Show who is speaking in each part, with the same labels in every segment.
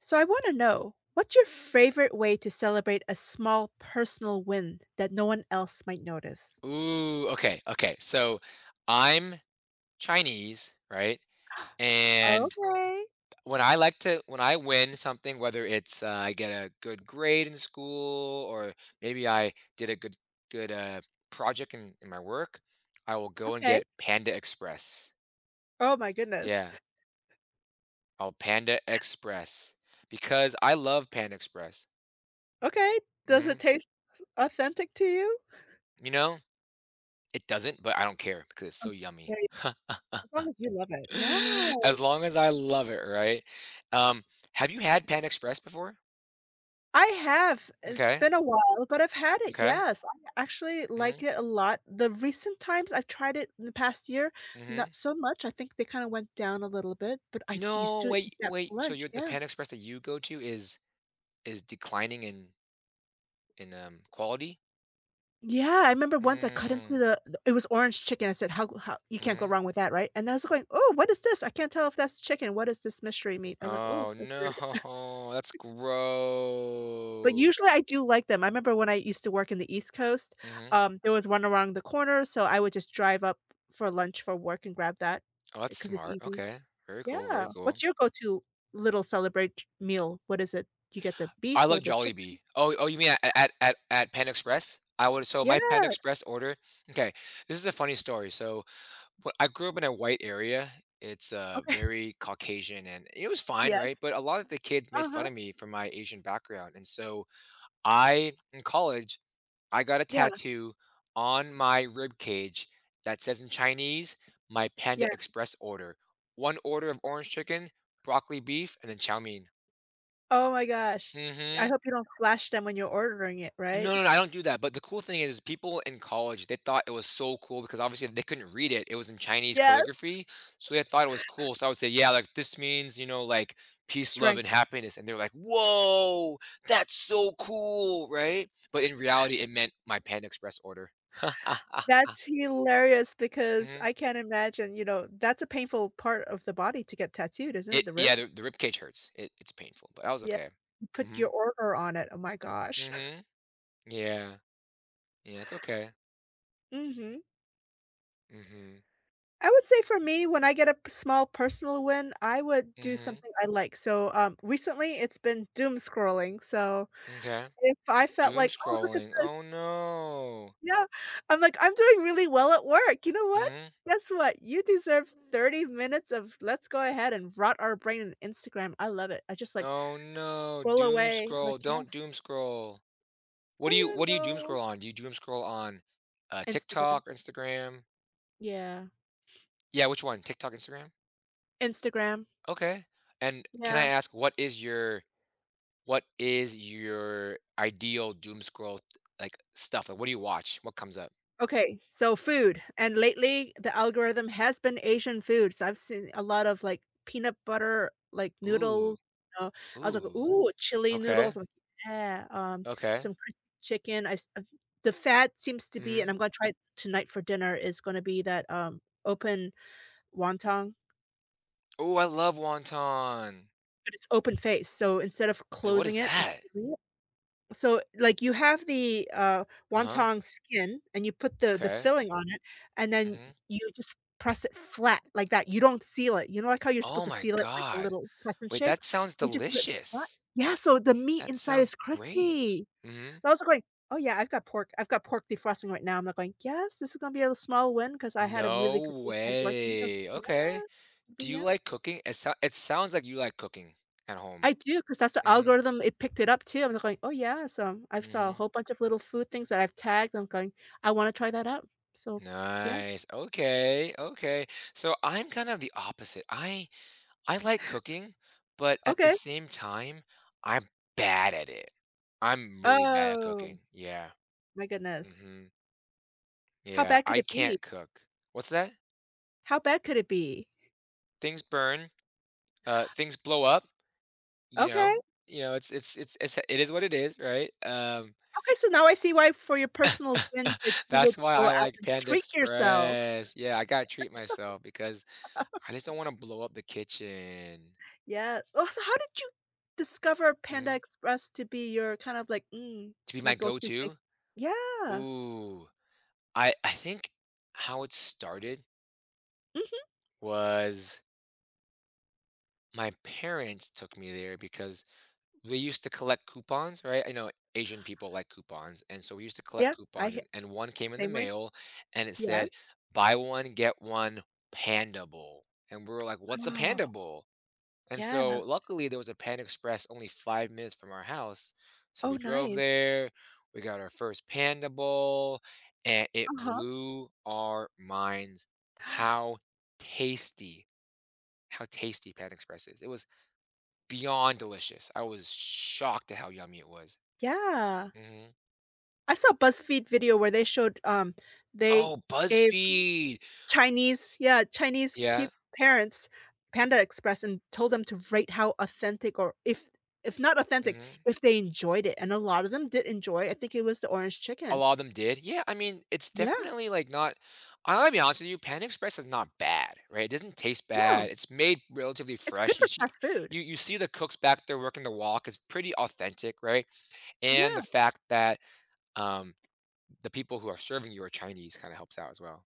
Speaker 1: So I want to know, what's your favorite way to celebrate a small personal win that no one else might notice?
Speaker 2: Ooh, okay, okay. So I'm Chinese, right? And
Speaker 1: Okay.
Speaker 2: when I win something, whether it's I get a good grade in school or maybe I did a good project in my work, I will go and
Speaker 1: Okay.
Speaker 2: get Panda Express.
Speaker 1: Oh my goodness.
Speaker 2: Yeah, I'll Panda Express because I love Panda Express.
Speaker 1: Okay. Does it
Speaker 2: Hmm.
Speaker 1: taste authentic to you?
Speaker 2: You know, it doesn't, but I don't care because it's so
Speaker 1: Okay.
Speaker 2: yummy.
Speaker 1: There you- As long as you love it. Yeah.
Speaker 2: As long as I love it, right? Um, have you had Pan Express before?
Speaker 1: I have. It's
Speaker 2: Okay,
Speaker 1: been a while, but I've had it.
Speaker 2: okay.
Speaker 1: Yes. I actually like
Speaker 2: Mhm,
Speaker 1: it a lot. The recent times I've tried it in the past year,
Speaker 2: mhm.
Speaker 1: not so much. I think they kind of went down a little bit, but I used
Speaker 2: No,
Speaker 1: to eat
Speaker 2: wait,
Speaker 1: that
Speaker 2: wait.
Speaker 1: for
Speaker 2: So
Speaker 1: lunch.
Speaker 2: you're the
Speaker 1: Yeah.
Speaker 2: Pan Express that you go to is declining in quality?
Speaker 1: Yeah, I remember once I cut into
Speaker 2: Mm,
Speaker 1: the it was orange chicken. I said, "How, you can't go
Speaker 2: mhm.
Speaker 1: wrong with that, right?" And I was going, "Oh, what is this? I can't tell if that's chicken. What is this mystery meat?" I was like, "Oh,
Speaker 2: Oh,
Speaker 1: that's
Speaker 2: no.
Speaker 1: weird."
Speaker 2: That's
Speaker 1: But
Speaker 2: gross.
Speaker 1: usually I do like them. I remember when I used to work in the East Coast,
Speaker 2: Mhm.
Speaker 1: there was one around the corner, so I would just drive up for lunch for work and grab that,
Speaker 2: Oh, that's
Speaker 1: because it's
Speaker 2: smart.
Speaker 1: easy.
Speaker 2: Okay. Very cool, very
Speaker 1: Yeah.
Speaker 2: cool.
Speaker 1: What's your go-to little celebrate meal? What is it? You get the
Speaker 2: I
Speaker 1: beef
Speaker 2: love
Speaker 1: or the chicken?
Speaker 2: Jollibee. Oh, oh, you mean at Pan Express? I would so my Pan
Speaker 1: Yes.
Speaker 2: Express order. Okay, this is a funny story. So well, I grew up in a white area. It's
Speaker 1: Okay.
Speaker 2: very Caucasian, and it was fine, right?
Speaker 1: Yes.
Speaker 2: But a lot of the kids made
Speaker 1: Uh-huh.
Speaker 2: fun of me for my Asian background, and so in college, I got a
Speaker 1: Yeah.
Speaker 2: tattoo on my rib cage that says in Chinese, "My Panda
Speaker 1: Yeah.
Speaker 2: Express order: one order of orange chicken, broccoli beef, and then chow mein."
Speaker 1: Oh my gosh. I
Speaker 2: Hmm.
Speaker 1: hope you don't flash them when you're ordering it, right?
Speaker 2: No, no, no, I don't do that, but the cool thing is people in college, they thought it was so cool because obviously they couldn't read it. It was in Chinese
Speaker 1: Yes.
Speaker 2: calligraphy, so they thought it was cool. So I would say, "Yeah, like this means, like peace, love,
Speaker 1: Strength.
Speaker 2: and happiness." And they're like, "Whoa, that's so cool, right?" But in reality, it meant my Panda Express order.
Speaker 1: That's hilarious because,
Speaker 2: Hmm.
Speaker 1: I can't imagine, you know, that's a painful part of the body to get tattooed, isn't it?
Speaker 2: It
Speaker 1: The
Speaker 2: Yeah,
Speaker 1: ribs?
Speaker 2: the rib cage hurts. It's painful, but I was
Speaker 1: Yeah.
Speaker 2: okay.
Speaker 1: You put
Speaker 2: Hmm.
Speaker 1: your order on it. Oh my gosh.
Speaker 2: Hmm. Yeah. Yeah, it's okay.
Speaker 1: Mhm.
Speaker 2: Hmm.
Speaker 1: I would say for me, when I get a p small personal win, I would do
Speaker 2: Hmm.
Speaker 1: something I like. So, recently, it's been doom scrolling. So
Speaker 2: Okay.
Speaker 1: if I felt
Speaker 2: Doom
Speaker 1: like, "Oh, look at
Speaker 2: scrolling.
Speaker 1: this."
Speaker 2: Oh no.
Speaker 1: Yeah, I'm like, "I'm doing really well at work, you know what?
Speaker 2: Hmm.
Speaker 1: Guess what? You deserve 30 minutes of, let's go ahead and rot our brain in Instagram." I love it. I just, like,
Speaker 2: Oh no,
Speaker 1: scroll
Speaker 2: doom
Speaker 1: away. I'm
Speaker 2: scroll.
Speaker 1: like,
Speaker 2: Don't
Speaker 1: "Yes."
Speaker 2: doom scroll.
Speaker 1: Oh, yeah,
Speaker 2: What do you doom
Speaker 1: no.
Speaker 2: scroll on? Do you doom scroll on
Speaker 1: Instagram.
Speaker 2: TikTok, Instagram?
Speaker 1: Yeah.
Speaker 2: Yeah, which one? TikTok, Instagram?
Speaker 1: Instagram.
Speaker 2: Okay. And can I
Speaker 1: Yeah.
Speaker 2: ask what is your ideal doom scroll like stuff? Like what do you watch? What comes up?
Speaker 1: Okay, so food, and lately the algorithm has been Asian food, so I've seen a lot of, like, peanut butter, like, noodles,
Speaker 2: Ooh,
Speaker 1: you know. I was like,
Speaker 2: ooh.
Speaker 1: "Ooh, chili
Speaker 2: Okay.
Speaker 1: noodles." I'm like, "Yeah."
Speaker 2: Okay.
Speaker 1: Some crispy chicken. I s The fad seems to be, and
Speaker 2: Mhm.
Speaker 1: I'm gonna try it tonight for dinner, is gonna be that, open wonton,
Speaker 2: Ooh, I love wonton.
Speaker 1: but it's open face, so instead of
Speaker 2: Wait, what
Speaker 1: closing
Speaker 2: is
Speaker 1: it, it's,
Speaker 2: that?
Speaker 1: so, like, you have the,
Speaker 2: Uh-huh.
Speaker 1: wonton skin, and you put the
Speaker 2: Okay.
Speaker 1: filling on it, and then
Speaker 2: Mhm.
Speaker 1: you just press it flat like that. You don't seal it, you know, like, how you're supposed
Speaker 2: Oh
Speaker 1: to
Speaker 2: my
Speaker 1: seal it, like, a
Speaker 2: god.
Speaker 1: little crescent
Speaker 2: Wait,
Speaker 1: shape?
Speaker 2: that sounds
Speaker 1: They just do it flat.
Speaker 2: delicious.
Speaker 1: Yeah, so the meat
Speaker 2: That
Speaker 1: inside
Speaker 2: sounds
Speaker 1: is
Speaker 2: great.
Speaker 1: crispy.
Speaker 2: Mhm.
Speaker 1: And I was like, "Oh, yeah, I've got pork defrosting right now." I'm, like, going, "Yes, this is gonna be a small win because I had a
Speaker 2: No
Speaker 1: really good weekend working." I was
Speaker 2: way.
Speaker 1: like,
Speaker 2: Okay.
Speaker 1: "Yes." It'll be,
Speaker 2: Do you
Speaker 1: yeah.
Speaker 2: like cooking? It sounds like you like cooking at home.
Speaker 1: I do, because that's the
Speaker 2: Mhm.
Speaker 1: algorithm, it picked it up too. I'm going, "Oh, yeah," so I've saw a
Speaker 2: Mhm.
Speaker 1: whole bunch of little food things that I've tagged. I'm going, "I wanna try that out." So, yeah.
Speaker 2: Nice. Okay, okay. So I'm kind of the opposite. I like cooking, but at the
Speaker 1: Okay.
Speaker 2: same time, I'm bad at it. I'm really bad at
Speaker 1: Oh,
Speaker 2: cooking. Yeah.
Speaker 1: my goodness.
Speaker 2: Mhm.
Speaker 1: How
Speaker 2: Yeah,
Speaker 1: bad could
Speaker 2: I
Speaker 1: it be?
Speaker 2: can't cook. What's that?
Speaker 1: How bad could it be?
Speaker 2: Things burn. Things blow up, you
Speaker 1: Okay.
Speaker 2: know. You know, it is what it is, right?
Speaker 1: Okay, so now I see why for your personal win that you would
Speaker 2: That's why
Speaker 1: go
Speaker 2: I
Speaker 1: out
Speaker 2: like
Speaker 1: and
Speaker 2: Panda
Speaker 1: treat yourself.
Speaker 2: Express. Yeah, I gotta treat myself because I just don't want to blow up the kitchen.
Speaker 1: Yes. Oh, so how did you discover Panda
Speaker 2: Mhm.
Speaker 1: Express to be your kind of, like, "Mm,
Speaker 2: To be
Speaker 1: my
Speaker 2: my
Speaker 1: go-to safe"?
Speaker 2: go-to.
Speaker 1: Yeah.
Speaker 2: Ooh, I think how it started
Speaker 1: Mhm.
Speaker 2: was my parents took me there because we used to collect coupons, right? I know Asian people like coupons, and so we used to
Speaker 1: Yeah,
Speaker 2: collect
Speaker 1: I
Speaker 2: coupons,
Speaker 1: hea
Speaker 2: and one came in the
Speaker 1: same way.
Speaker 2: mail, and it
Speaker 1: Yeah.
Speaker 2: said, "Buy one get one Panda Bowl," and we were like, "What's a Panda Bowl?" And
Speaker 1: Yeah.
Speaker 2: so luckily there was a Panda Express only 5 minutes from our house, so
Speaker 1: Oh,
Speaker 2: we drove
Speaker 1: nice.
Speaker 2: there. We got our first Panda Bowl, and it
Speaker 1: Uh-huh.
Speaker 2: blew our minds how tasty, how tasty Panda Express is. It was beyond delicious. I was shocked at how yummy it was.
Speaker 1: Yeah.
Speaker 2: Mhm.
Speaker 1: I saw a BuzzFeed video where they showed, they
Speaker 2: Oh,
Speaker 1: gave
Speaker 2: BuzzFeed.
Speaker 1: Chinese, yeah, Chinese pe
Speaker 2: Yeah,
Speaker 1: parents Panda Express, and told them to rate how authentic, or if not authentic,
Speaker 2: mhm.
Speaker 1: if they enjoyed it, and a lot of them did enjoy. I think it was the orange
Speaker 2: A
Speaker 1: chicken.
Speaker 2: lot of them did. Yeah, I mean, it's
Speaker 1: Yeah,
Speaker 2: definitely, like, not I gotta be honest with you, Panda Express is not bad, right? It doesn't taste
Speaker 1: no,
Speaker 2: bad. It's made relatively
Speaker 1: it's good
Speaker 2: fresh. You
Speaker 1: for
Speaker 2: see
Speaker 1: fast food.
Speaker 2: you you see the cooks back there working the wok. It's pretty authentic, right? And the
Speaker 1: Yeah.
Speaker 2: fact that, um, the people who are serving you are Chinese kinda helps out as well.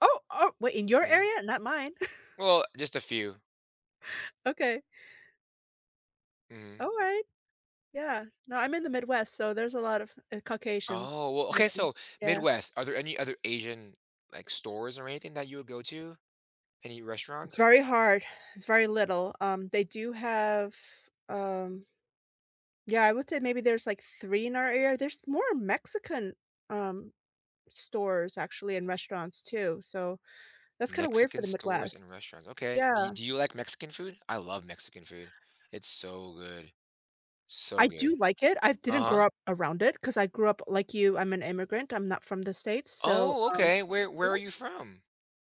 Speaker 1: Oh, oh, wait, in your
Speaker 2: Mhm.
Speaker 1: area? Not mine.
Speaker 2: Well, just a few.
Speaker 1: Okay.
Speaker 2: Mhm.
Speaker 1: Alright. Yeah. No, I'm in the Midwest, so there's a lot of, Caucasians
Speaker 2: Oh, well, okay,
Speaker 1: serving.
Speaker 2: so
Speaker 1: Yeah.
Speaker 2: Midwest, are there any other Asian, like, stores or anything that you would go to? Any
Speaker 1: It's
Speaker 2: restaurants?
Speaker 1: very hard. It's very little. They do have, um, yeah, I would say maybe there's like three in our area. There's more Mexican, um, stores actually, and restaurants too, so that's kinda weird for
Speaker 2: Mexican
Speaker 1: the
Speaker 2: stores and
Speaker 1: Midwest.
Speaker 2: restaurants. Okay.
Speaker 1: Yeah.
Speaker 2: Do you like Mexican food? I love Mexican food. It's so good. So
Speaker 1: I do
Speaker 2: good.
Speaker 1: like it. I didn't
Speaker 2: Uh-huh.
Speaker 1: grow up around it because I grew up like you, I'm an immigrant. I'm not from the States, so,
Speaker 2: Oh,
Speaker 1: um.
Speaker 2: okay.
Speaker 1: Yeah.
Speaker 2: Where are you from?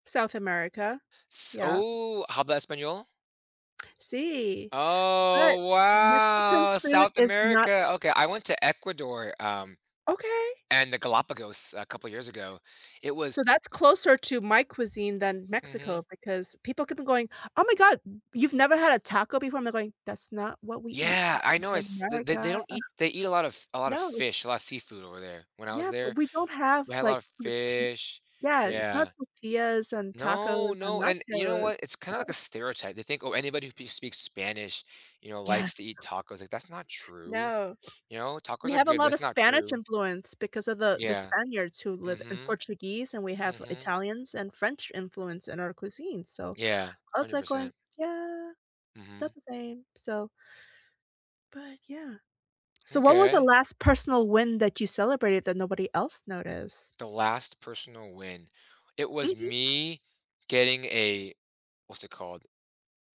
Speaker 1: South America.
Speaker 2: S-
Speaker 1: Yeah.
Speaker 2: Oh, habla español?
Speaker 1: See, but
Speaker 2: Oh,
Speaker 1: Mexican
Speaker 2: wow.
Speaker 1: food
Speaker 2: South
Speaker 1: is not.
Speaker 2: America. Okay, I went to Ecuador
Speaker 1: Okay.
Speaker 2: and the Galapagos a couple years ago. It was
Speaker 1: So that's closer to my cuisine than
Speaker 2: mhm.
Speaker 1: Mexico, because people keep on going, "Oh my god, you've never had a taco before?" I'm like going, "That's not what we eat
Speaker 2: Yeah, I know
Speaker 1: in
Speaker 2: it's they they
Speaker 1: America."
Speaker 2: they don't eat they eat a lot of
Speaker 1: No.
Speaker 2: fish, a lot of seafood over there. When I was
Speaker 1: Yeah, but
Speaker 2: there,
Speaker 1: we don't have,
Speaker 2: we had a lot
Speaker 1: like,
Speaker 2: of
Speaker 1: torti.
Speaker 2: fish.
Speaker 1: Yeah, it's not
Speaker 2: Yeah.
Speaker 1: tortillas and tacos
Speaker 2: No,
Speaker 1: and
Speaker 2: no, and you know
Speaker 1: nachos.
Speaker 2: what? It's kind of like a stereotype. They think, oh, anybody who speaks Spanish,
Speaker 1: Yes.
Speaker 2: likes to eat tacos. Like that's not true.
Speaker 1: No.
Speaker 2: You know,
Speaker 1: We
Speaker 2: tacos are
Speaker 1: have a
Speaker 2: good, but
Speaker 1: lot of
Speaker 2: it's not
Speaker 1: Spanish
Speaker 2: true.
Speaker 1: influence because of the
Speaker 2: Yeah.
Speaker 1: Spaniards who live, and
Speaker 2: Mm-hmm.
Speaker 1: Portuguese, and we have
Speaker 2: Mm-hmm.
Speaker 1: Italians and French influence in our cuisine, so
Speaker 2: Yeah.
Speaker 1: I was
Speaker 2: Hundred
Speaker 1: like going,
Speaker 2: percent.
Speaker 1: "Yeah,
Speaker 2: Mm-hmm.
Speaker 1: not the same." So, but yeah. So what was the
Speaker 2: Okay.
Speaker 1: last personal win that you celebrated that nobody else noticed?
Speaker 2: The last personal win. It was
Speaker 1: Mhm.
Speaker 2: me getting a, what's it called?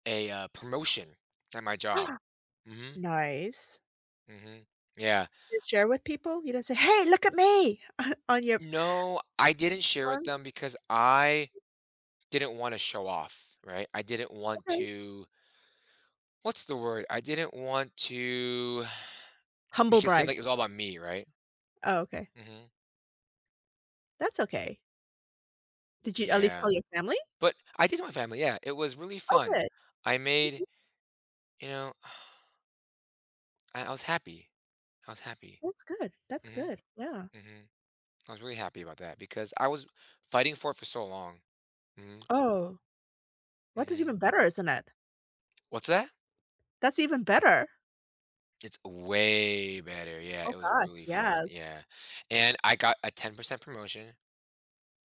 Speaker 2: A, promotion at my job. Mhm,
Speaker 1: Nice.
Speaker 2: mhm. Yeah.
Speaker 1: Did you share with people? You didn't say, "Hey, look at me," on your
Speaker 2: No, I didn't share with
Speaker 1: platform?
Speaker 2: them because I didn't wanna show off, right? I didn't want
Speaker 1: Okay.
Speaker 2: to what's the word? I didn't want to
Speaker 1: Humble
Speaker 2: make it seem
Speaker 1: brag.
Speaker 2: like it was all about me, right?
Speaker 1: Oh, okay.
Speaker 2: Mhm.
Speaker 1: That's okay. Did you at least
Speaker 2: Yeah.
Speaker 1: tell your family?
Speaker 2: But I did it with my family, yeah, it was really
Speaker 1: Oh,
Speaker 2: fun.
Speaker 1: good.
Speaker 2: I made
Speaker 1: Mhm.
Speaker 2: you know, I was happy. I was happy.
Speaker 1: That's good. That's
Speaker 2: Mhm,
Speaker 1: good. Yeah.
Speaker 2: mhm. I was really happy about that because I was fighting for it for so long. Mhm,
Speaker 1: Oh, what is
Speaker 2: mhm.
Speaker 1: even better, isn't it?
Speaker 2: What's that?
Speaker 1: That's even better.
Speaker 2: It's way better, yeah,
Speaker 1: Oh
Speaker 2: it was
Speaker 1: gosh,
Speaker 2: really fun,
Speaker 1: yes.
Speaker 2: yeah, and I got a 10% promotion,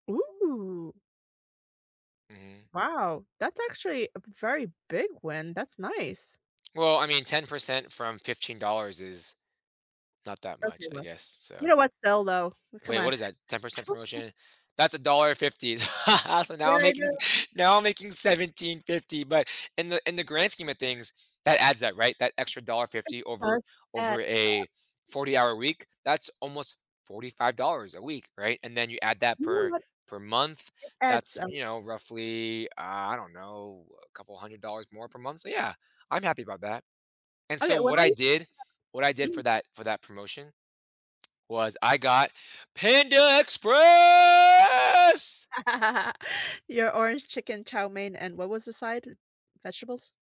Speaker 1: Ooh,
Speaker 2: mhm.
Speaker 1: wow. That's actually a very big win. That's nice.
Speaker 2: Well, I mean, 10% from $15 is not that
Speaker 1: Okay,
Speaker 2: much, I
Speaker 1: well,
Speaker 2: guess,
Speaker 1: you
Speaker 2: so.
Speaker 1: know what, still though, come
Speaker 2: Wait,
Speaker 1: on.
Speaker 2: what is that? 10% promotion? That's a dollar 50. So
Speaker 1: Yeah,
Speaker 2: now I'm
Speaker 1: I
Speaker 2: making
Speaker 1: know,
Speaker 2: now I'm making 17.50. But in the grand scheme of things, that adds up, right? That extra dollar 50 over
Speaker 1: plus, add,
Speaker 2: over a 40-hour week, that's almost $45 a week, right? And then you add that
Speaker 1: you know
Speaker 2: per
Speaker 1: what?
Speaker 2: per month,
Speaker 1: Add
Speaker 2: that's,
Speaker 1: some,
Speaker 2: roughly, I don't know, a couple hundred dollars more per month. So yeah, I'm happy about that. And so
Speaker 1: okay, when
Speaker 2: what
Speaker 1: I
Speaker 2: I
Speaker 1: used to work.
Speaker 2: did what I did for that promotion was I got Panda Express!
Speaker 1: Your orange chicken, chow mein, and what was the side? Vegetables?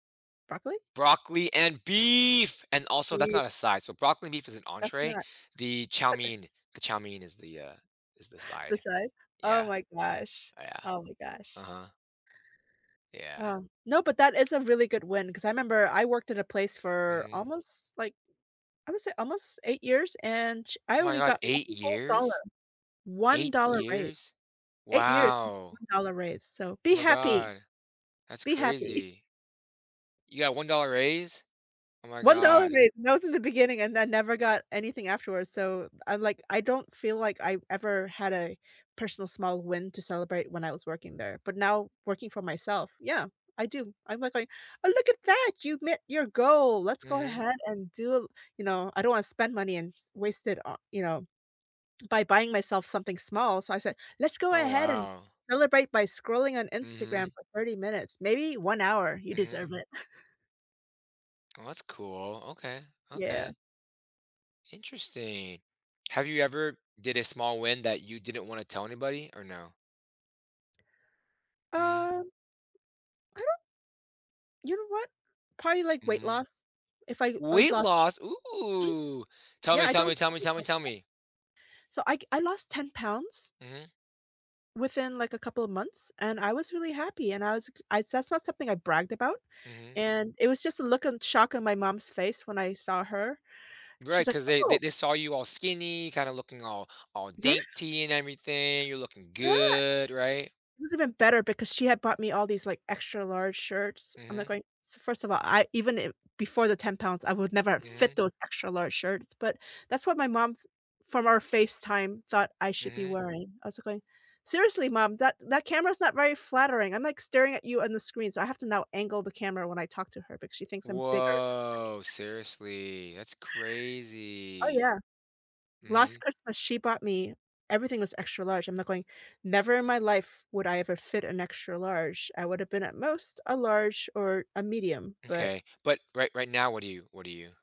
Speaker 1: Broccoli?
Speaker 2: Broccoli and beef, and also that's
Speaker 1: See,
Speaker 2: not a side. So broccoli and beef is an
Speaker 1: that's
Speaker 2: entree.
Speaker 1: not
Speaker 2: The chow mein, the chow mein is the
Speaker 1: the
Speaker 2: side.
Speaker 1: side. Oh
Speaker 2: Yeah,
Speaker 1: my gosh.
Speaker 2: yeah,
Speaker 1: Oh my
Speaker 2: uh
Speaker 1: gosh.
Speaker 2: huh, yeah.
Speaker 1: Oh, no, but that is a really good win, because I remember I worked at a place for
Speaker 2: Hmm.
Speaker 1: almost, like, I would say almost 8 years, and sh I
Speaker 2: Oh my
Speaker 1: only
Speaker 2: god,
Speaker 1: got one
Speaker 2: eight
Speaker 1: whole dollar,
Speaker 2: years, eight
Speaker 1: $1 raise.
Speaker 2: years.
Speaker 1: 8 years,
Speaker 2: Wow.
Speaker 1: $1 raise, so
Speaker 2: Oh
Speaker 1: be
Speaker 2: my
Speaker 1: happy,
Speaker 2: god, that's
Speaker 1: be happy.
Speaker 2: crazy. You got $1 raise. Oh my
Speaker 1: $1
Speaker 2: god.
Speaker 1: raise, and that was in the beginning, and I never got anything afterwards, so I'm like, I don't feel like I ever had a personal small win to celebrate when I was working there, but now working for myself, yeah, I do. I'm like going, "Oh, look at that, you met your goal. Let's go
Speaker 2: Mm-hmm.
Speaker 1: ahead and do," you know, I don't wanna spend money and s waste it by buying myself something small, so I said, "Let's go
Speaker 2: Oh
Speaker 1: ahead and
Speaker 2: wow.
Speaker 1: celebrate by scrolling on Instagram
Speaker 2: Mm-hmm.
Speaker 1: for 30 minutes, maybe 1 hour. You deserve
Speaker 2: Mm-hmm.
Speaker 1: it."
Speaker 2: Oh, that's cool. Okay.
Speaker 1: Yeah.
Speaker 2: Okay. Interesting. Have you ever did a small win that you didn't wanna tell anybody or no? Mhm,
Speaker 1: Um, I, you know what? Probably, like, weight
Speaker 2: mhm.
Speaker 1: loss. If I
Speaker 2: Weight
Speaker 1: lost,
Speaker 2: loss?
Speaker 1: mhm.
Speaker 2: Ooh. Tell
Speaker 1: Yeah,
Speaker 2: me,
Speaker 1: I
Speaker 2: tell
Speaker 1: don't
Speaker 2: me, tell
Speaker 1: I
Speaker 2: me,
Speaker 1: don't
Speaker 2: tell me,
Speaker 1: know.
Speaker 2: tell me.
Speaker 1: So I lost 10 pounds
Speaker 2: Mhm,
Speaker 1: within, like, a couple of months, and I was really happy, and I was I that's not something I bragged about,
Speaker 2: mhm.
Speaker 1: and it was just a look of shock on my mom's face when I saw her. She's
Speaker 2: Right,
Speaker 1: like,
Speaker 2: 'cause they they
Speaker 1: "Oh,
Speaker 2: they saw you all skinny, kinda looking all
Speaker 1: yeah,
Speaker 2: dainty and everything, you're looking
Speaker 1: yeah."
Speaker 2: good, right?
Speaker 1: It was even better because she had bought me all these, like, extra large shirts. I'm like
Speaker 2: Mhm,
Speaker 1: going, so first of all, I even if before the 10 pounds, I would never have fit
Speaker 2: mhm,
Speaker 1: those extra large shirts, but that's what my mom f from our FaceTime thought I should be
Speaker 2: mhm.
Speaker 1: wearing. I was like going, "Seriously, mom, that camera's not very flattering. I'm, like, staring at you on the screen, so I have to now angle the camera when I talk to her because she thinks I'm bigger."
Speaker 2: Whoa. Seriously, that's
Speaker 1: Oh, yeah.
Speaker 2: crazy.
Speaker 1: Last
Speaker 2: Mhm.
Speaker 1: Christmas, she bought me, everything was extra large. I'm not going, never in my life would I ever fit an extra large. I would have been at most a large or
Speaker 2: Okay. But right now, what do you what do you?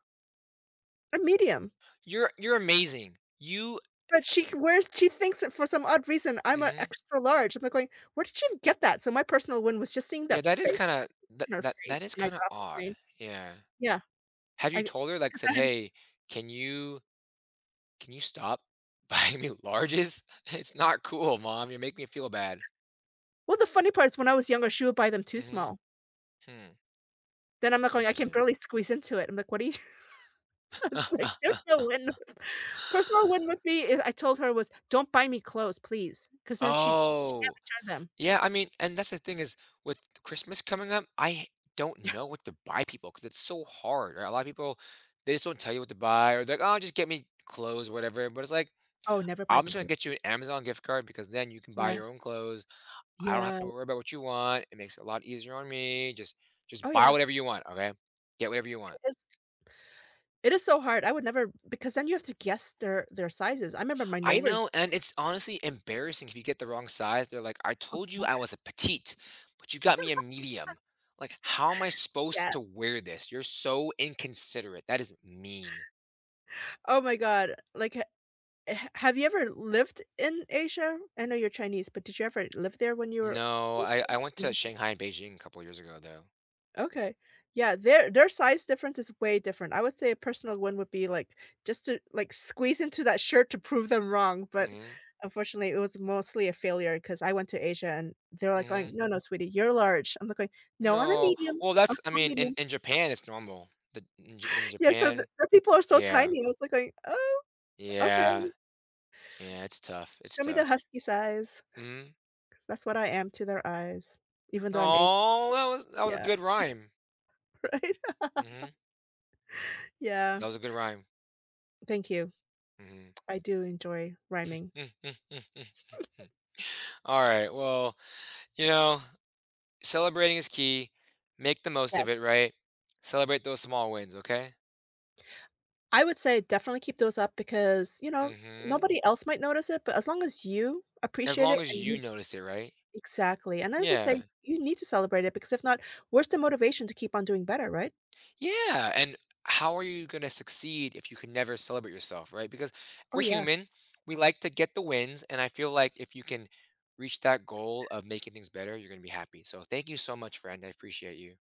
Speaker 1: a medium.
Speaker 2: You're amazing. You
Speaker 1: But she thinks that for some odd reason, I'm an
Speaker 2: mhm.
Speaker 1: extra large. I'm like going, "Where did you get that?" So my personal win was just seeing
Speaker 2: Yeah,
Speaker 1: that
Speaker 2: that is
Speaker 1: face
Speaker 2: kinda that
Speaker 1: in her
Speaker 2: that
Speaker 1: face
Speaker 2: that is
Speaker 1: when I
Speaker 2: kinda
Speaker 1: got off the
Speaker 2: odd.
Speaker 1: plane.
Speaker 2: Yeah.
Speaker 1: Yeah,
Speaker 2: Have
Speaker 1: I
Speaker 2: you
Speaker 1: 'cause
Speaker 2: told her, like, said,
Speaker 1: I hadn't
Speaker 2: "Hey, can you can you stop buying me larges? It's not cool, mom. You're making me feel bad."
Speaker 1: well, the funny part is when I was younger, she would buy them too
Speaker 2: Mhm.
Speaker 1: small.
Speaker 2: Hmm.
Speaker 1: Then I'm not going, "I can
Speaker 2: Interesting.
Speaker 1: barely squeeze into it." I'm like, "What are you?" It's like, there's no win. Personal win with me is I told her was, "Don't buy me clothes, please, because then she can't
Speaker 2: Oh,
Speaker 1: return them."
Speaker 2: yeah, I mean, and that's the thing is with Christmas coming up, I don't
Speaker 1: Yeah.
Speaker 2: know what to buy people because it's so hard, right? A lot of people, they just don't tell you what to buy or they're like, "Oh, just get me clothes," whatever, but it's like,
Speaker 1: Oh, never buy
Speaker 2: I'm
Speaker 1: them
Speaker 2: just gonna
Speaker 1: clothes.
Speaker 2: get you an Amazon gift card because then you can buy your
Speaker 1: Yes.
Speaker 2: own clothes. I don't have
Speaker 1: Yeah.
Speaker 2: to worry about what you want. It makes it a lot easier on me. Just
Speaker 1: Oh,
Speaker 2: buy
Speaker 1: yeah.
Speaker 2: whatever you want, okay? Get whatever you want.
Speaker 1: It is, it is so hard. I would never, because then you have to guess their sizes. I remember my
Speaker 2: I
Speaker 1: neighbors,
Speaker 2: know, and it's honestly embarrassing if you get the wrong size. They're like, I
Speaker 1: oh
Speaker 2: told you
Speaker 1: god,
Speaker 2: I was a petite, but you got me a medium. Like, how am I
Speaker 1: yeah.
Speaker 2: supposed to wear this? You're so inconsiderate. That is mean.
Speaker 1: Oh my god. Like, ha ha have you ever lived in Asia? I know you're Chinese, but did you ever live there when you were
Speaker 2: No,
Speaker 1: older?
Speaker 2: I went to Shanghai and Beijing a couple years ago though.
Speaker 1: Okay. Yeah, their size difference is way different. I would say a personal win would be, like, just to, like, squeeze into that shirt to prove them wrong, but
Speaker 2: Hmm.
Speaker 1: unfortunately it was mostly a failure because I went to Asia, and they're like
Speaker 2: Hmm.
Speaker 1: going, "No, no, sweetie, you're large." I'm like going, "No, I'm a
Speaker 2: No.
Speaker 1: medium
Speaker 2: Well,
Speaker 1: or
Speaker 2: that's I
Speaker 1: small
Speaker 2: mean, in,
Speaker 1: medium."
Speaker 2: in Japan it's normal. In
Speaker 1: Yeah, so the,
Speaker 2: Japan,
Speaker 1: the people are so
Speaker 2: yeah.
Speaker 1: tiny. I was like going, "Oh, okay.
Speaker 2: Yeah. Yeah, it's tough. It's
Speaker 1: Show me their
Speaker 2: tough.
Speaker 1: husky size."
Speaker 2: Mhm.
Speaker 1: 'Cause that's what I am to their eyes, even though I'm Asian
Speaker 2: Oh,
Speaker 1: too.
Speaker 2: that was a
Speaker 1: Yeah,
Speaker 2: good rhyme.
Speaker 1: right.
Speaker 2: Mhm.
Speaker 1: Yeah.
Speaker 2: That was a good rhyme.
Speaker 1: Thank you.
Speaker 2: Mhm.
Speaker 1: I do enjoy rhyming.
Speaker 2: All right. Well, you know, celebrating is key. Make the most
Speaker 1: Yeah.
Speaker 2: of it, right? Celebrate those small wins, okay?
Speaker 1: I would say definitely keep those up because, you know,
Speaker 2: Mhm.
Speaker 1: nobody else might notice it, but as long as you
Speaker 2: As
Speaker 1: appreciate it
Speaker 2: long as
Speaker 1: and
Speaker 2: you
Speaker 1: you.
Speaker 2: notice it, right?
Speaker 1: Exactly, and I would say
Speaker 2: Yeah.
Speaker 1: you need to celebrate it, because if not, where's the motivation to keep on doing better, right?
Speaker 2: Yeah, and how are you going to succeed if you can never celebrate yourself, right? Because
Speaker 1: Oh,
Speaker 2: we're
Speaker 1: yeah.
Speaker 2: human, we like to get the wins, and I feel like if you can reach that goal of making things better, you're going to be happy. So thank you so much, friend. I appreciate you.